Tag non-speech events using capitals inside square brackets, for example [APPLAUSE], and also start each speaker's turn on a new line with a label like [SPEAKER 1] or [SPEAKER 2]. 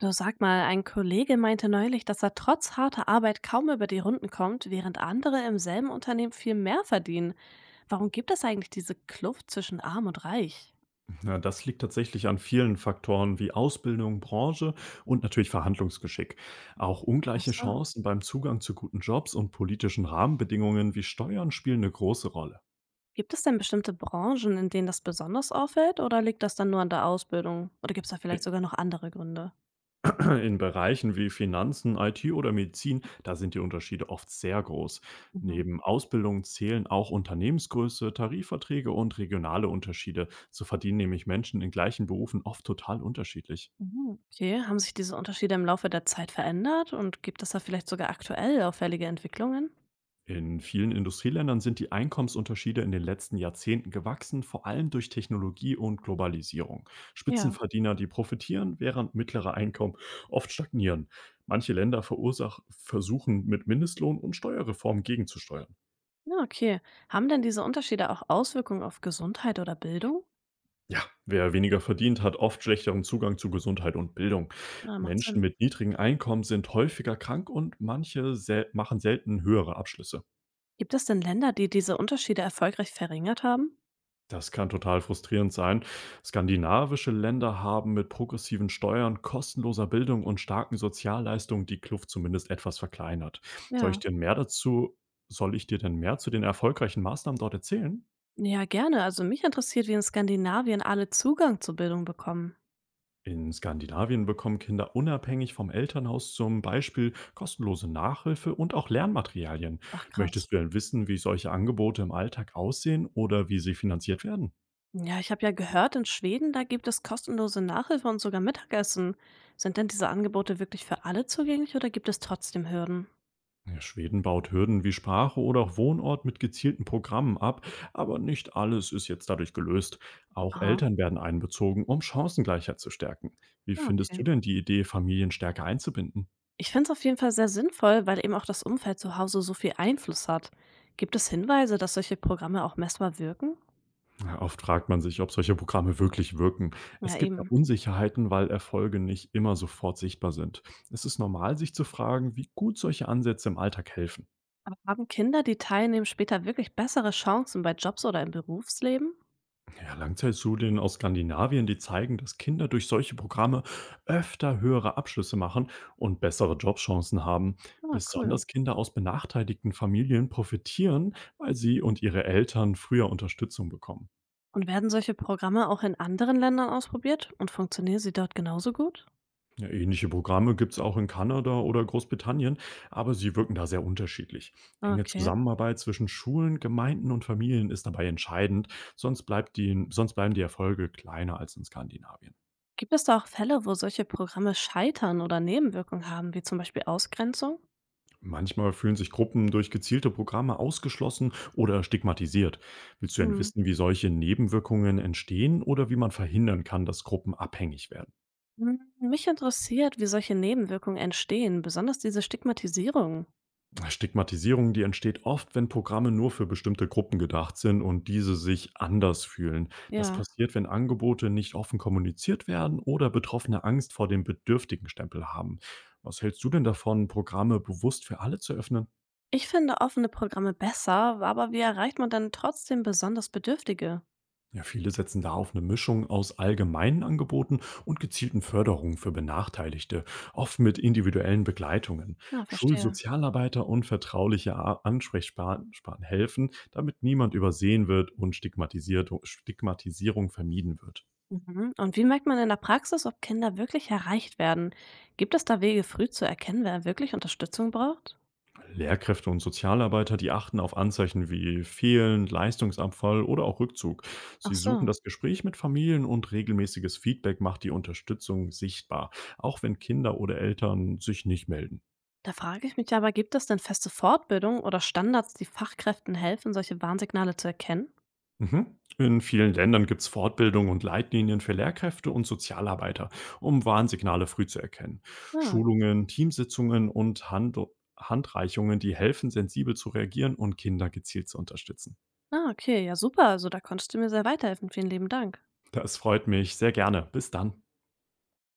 [SPEAKER 1] Du, sag mal, ein Kollege meinte neulich, dass er trotz harter Arbeit kaum über die Runden kommt, während andere im selben Unternehmen viel mehr verdienen. Warum gibt es eigentlich diese Kluft zwischen arm und reich?
[SPEAKER 2] Ja, das liegt tatsächlich an vielen Faktoren wie Ausbildung, Branche und natürlich Verhandlungsgeschick. Auch
[SPEAKER 1] Ach
[SPEAKER 2] ungleiche
[SPEAKER 1] so.
[SPEAKER 2] Chancen beim Zugang zu guten Jobs und politischen Rahmenbedingungen wie Steuern spielen eine große Rolle.
[SPEAKER 1] Gibt es denn bestimmte Branchen, in denen das besonders auffällt oder liegt das dann nur an der Ausbildung? Oder gibt es da vielleicht
[SPEAKER 2] In [CLEARS THROAT]
[SPEAKER 1] sogar noch andere Gründe?
[SPEAKER 2] in Bereichen wie Finanzen, IT oder Medizin, da sind die Unterschiede oft sehr groß.
[SPEAKER 1] Mhm.
[SPEAKER 2] Neben Ausbildung zählen auch Unternehmensgröße, Tarifverträge und regionale Unterschiede. So verdienen nämlich Menschen in gleichen Berufen oft total unterschiedlich.
[SPEAKER 1] Mhm. Okay, haben sich diese Unterschiede im Laufe der Zeit verändert und gibt es da vielleicht sogar aktuell auffällige Entwicklungen?
[SPEAKER 2] In vielen Industrieländern sind die Einkommensunterschiede in den letzten Jahrzehnten gewachsen, vor allem durch Technologie und Globalisierung.
[SPEAKER 1] Ja.
[SPEAKER 2] Spitzenverdiener, die profitieren, während mittlere Einkommen oft stagnieren. Manche Länder verursach versuchen mit Mindestlohn und Steuerreformen gegenzusteuern.
[SPEAKER 1] Ja, okay. Haben denn diese Unterschiede auch Auswirkungen auf Gesundheit oder Bildung?
[SPEAKER 2] Ja, wer weniger verdient, hat oft schlechteren Zugang zu Gesundheit und Bildung.
[SPEAKER 1] Ja, macht
[SPEAKER 2] Menschen
[SPEAKER 1] Sinn.
[SPEAKER 2] mit niedrigen Einkommen sind häufiger krank und manche sel machen selten höhere Abschlüsse.
[SPEAKER 1] Gibt es denn Länder, die diese Unterschiede erfolgreich verringert haben?
[SPEAKER 2] Das kann total frustrierend sein. Skandinavische Länder haben mit progressiven Steuern, kostenloser Bildung und starken Sozialleistungen die Kluft zumindest etwas verkleinert. Soll ich
[SPEAKER 1] Ja.
[SPEAKER 2] dir mehr dazu, Soll ich dir denn mehr zu den erfolgreichen Maßnahmen dort erzählen?
[SPEAKER 1] Ja, gerne. Also mich interessiert, wie in Skandinavien alle Zugang zur Bildung bekommen.
[SPEAKER 2] In Skandinavien bekommen Kinder unabhängig vom Elternhaus zum Beispiel kostenlose Nachhilfe und auch Lernmaterialien.
[SPEAKER 1] Ach krass.
[SPEAKER 2] Möchtest du denn wissen, wie solche Angebote im Alltag aussehen oder wie sie finanziert werden?
[SPEAKER 1] Ja, ich habe ja gehört, in Schweden, da gibt es kostenlose Nachhilfe und sogar Mittagessen. Sind denn diese Angebote wirklich für alle zugänglich oder gibt es trotzdem Hürden?
[SPEAKER 2] Ja, Schweden baut Hürden wie Sprache oder auch Wohnort mit gezielten Programmen ab, aber nicht alles ist jetzt dadurch gelöst. Auch
[SPEAKER 1] Aha.
[SPEAKER 2] Eltern werden einbezogen, um Chancengleichheit zu stärken. Wie
[SPEAKER 1] Ja,
[SPEAKER 2] findest
[SPEAKER 1] okay.
[SPEAKER 2] du denn die Idee, Familien stärker einzubinden?
[SPEAKER 1] Ich finde es auf jeden Fall sehr sinnvoll, weil eben auch das Umfeld zu Hause so viel Einfluss hat. Gibt es Hinweise, dass solche Programme auch messbar wirken?
[SPEAKER 2] Ja, oft fragt man sich, ob solche Programme wirklich wirken.
[SPEAKER 1] Ja,
[SPEAKER 2] Es gibt da
[SPEAKER 1] eben.
[SPEAKER 2] Unsicherheiten, weil Erfolge nicht immer sofort sichtbar sind. Es ist normal, sich zu fragen, wie gut solche Ansätze im Alltag helfen.
[SPEAKER 1] Aber haben Kinder, die teilnehmen, später wirklich bessere Chancen bei Jobs oder im Berufsleben?
[SPEAKER 2] Ja, Langzeitstudien aus Skandinavien, die zeigen, dass Kinder durch solche Programme öfter höhere Abschlüsse machen und bessere Jobchancen haben.
[SPEAKER 1] Ah, cool.
[SPEAKER 2] Besonders Kinder aus benachteiligten Familien profitieren, weil sie und ihre Eltern früher Unterstützung bekommen.
[SPEAKER 1] Und werden solche Programme auch in anderen Ländern ausprobiert und funktionieren sie dort genauso gut?
[SPEAKER 2] Ja, ähnliche Programme gibt es auch in Kanada oder Großbritannien, aber sie wirken da sehr unterschiedlich.
[SPEAKER 1] Ah,
[SPEAKER 2] Enge
[SPEAKER 1] okay.
[SPEAKER 2] Zusammenarbeit zwischen Schulen, Gemeinden und Familien ist dabei entscheidend, sonst bleiben die Erfolge kleiner als in Skandinavien.
[SPEAKER 1] Gibt es da auch Fälle, wo solche Programme scheitern oder Nebenwirkungen haben, wie zum Beispiel Ausgrenzung?
[SPEAKER 2] Manchmal fühlen sich Gruppen durch gezielte Programme ausgeschlossen oder stigmatisiert. Willst du denn
[SPEAKER 1] Hm.
[SPEAKER 2] wissen, wie solche Nebenwirkungen entstehen oder wie man verhindern kann, dass Gruppen abhängig werden?
[SPEAKER 1] Hm, mich interessiert, wie solche Nebenwirkungen entstehen, besonders diese Stigmatisierung.
[SPEAKER 2] Stigmatisierung, die entsteht oft, wenn Programme nur für bestimmte Gruppen gedacht sind und diese sich anders fühlen. Das
[SPEAKER 1] Ja.
[SPEAKER 2] passiert, wenn Angebote nicht offen kommuniziert werden oder Betroffene Angst vor dem bedürftigen Stempel haben. Was hältst du denn davon, Programme bewusst für alle zu öffnen?
[SPEAKER 1] Ich finde offene Programme besser, aber wie erreicht man dann trotzdem besonders Bedürftige?
[SPEAKER 2] Ja, viele setzen da auf eine Mischung aus allgemeinen Angeboten und gezielten Förderungen für Benachteiligte, oft mit individuellen Begleitungen.
[SPEAKER 1] Na, verstehe.
[SPEAKER 2] Schulsozialarbeiter und vertrauliche Ansprechpartner helfen, damit niemand übersehen wird und Stigmatisierung vermieden wird.
[SPEAKER 1] Mhm. Und wie merkt man in der Praxis, ob Kinder wirklich erreicht werden? Gibt es da Wege, früh zu erkennen, wer wirklich Unterstützung braucht?
[SPEAKER 2] Lehrkräfte und Sozialarbeiter, die achten auf Anzeichen wie Fehlen, Leistungsabfall oder auch Rückzug.
[SPEAKER 1] Ach
[SPEAKER 2] Sie suchen
[SPEAKER 1] so.
[SPEAKER 2] das Gespräch mit Familien und regelmäßiges Feedback macht die Unterstützung sichtbar, auch wenn Kinder oder Eltern sich nicht melden.
[SPEAKER 1] Da frage ich mich aber, gibt es denn feste Fortbildungen oder Standards, die Fachkräften helfen, solche Warnsignale zu erkennen?
[SPEAKER 2] Mhm. In vielen Ländern gibt es Fortbildungen und Leitlinien für Lehrkräfte und Sozialarbeiter, um Warnsignale früh zu erkennen.
[SPEAKER 1] Ja.
[SPEAKER 2] Schulungen, Teamsitzungen und Handreichungen, die helfen, sensibel zu reagieren und Kinder gezielt zu unterstützen.
[SPEAKER 1] Ah, okay. Ja, super. Also da konntest du mir sehr weiterhelfen. Vielen lieben Dank.
[SPEAKER 2] Das freut mich sehr gerne. Bis dann.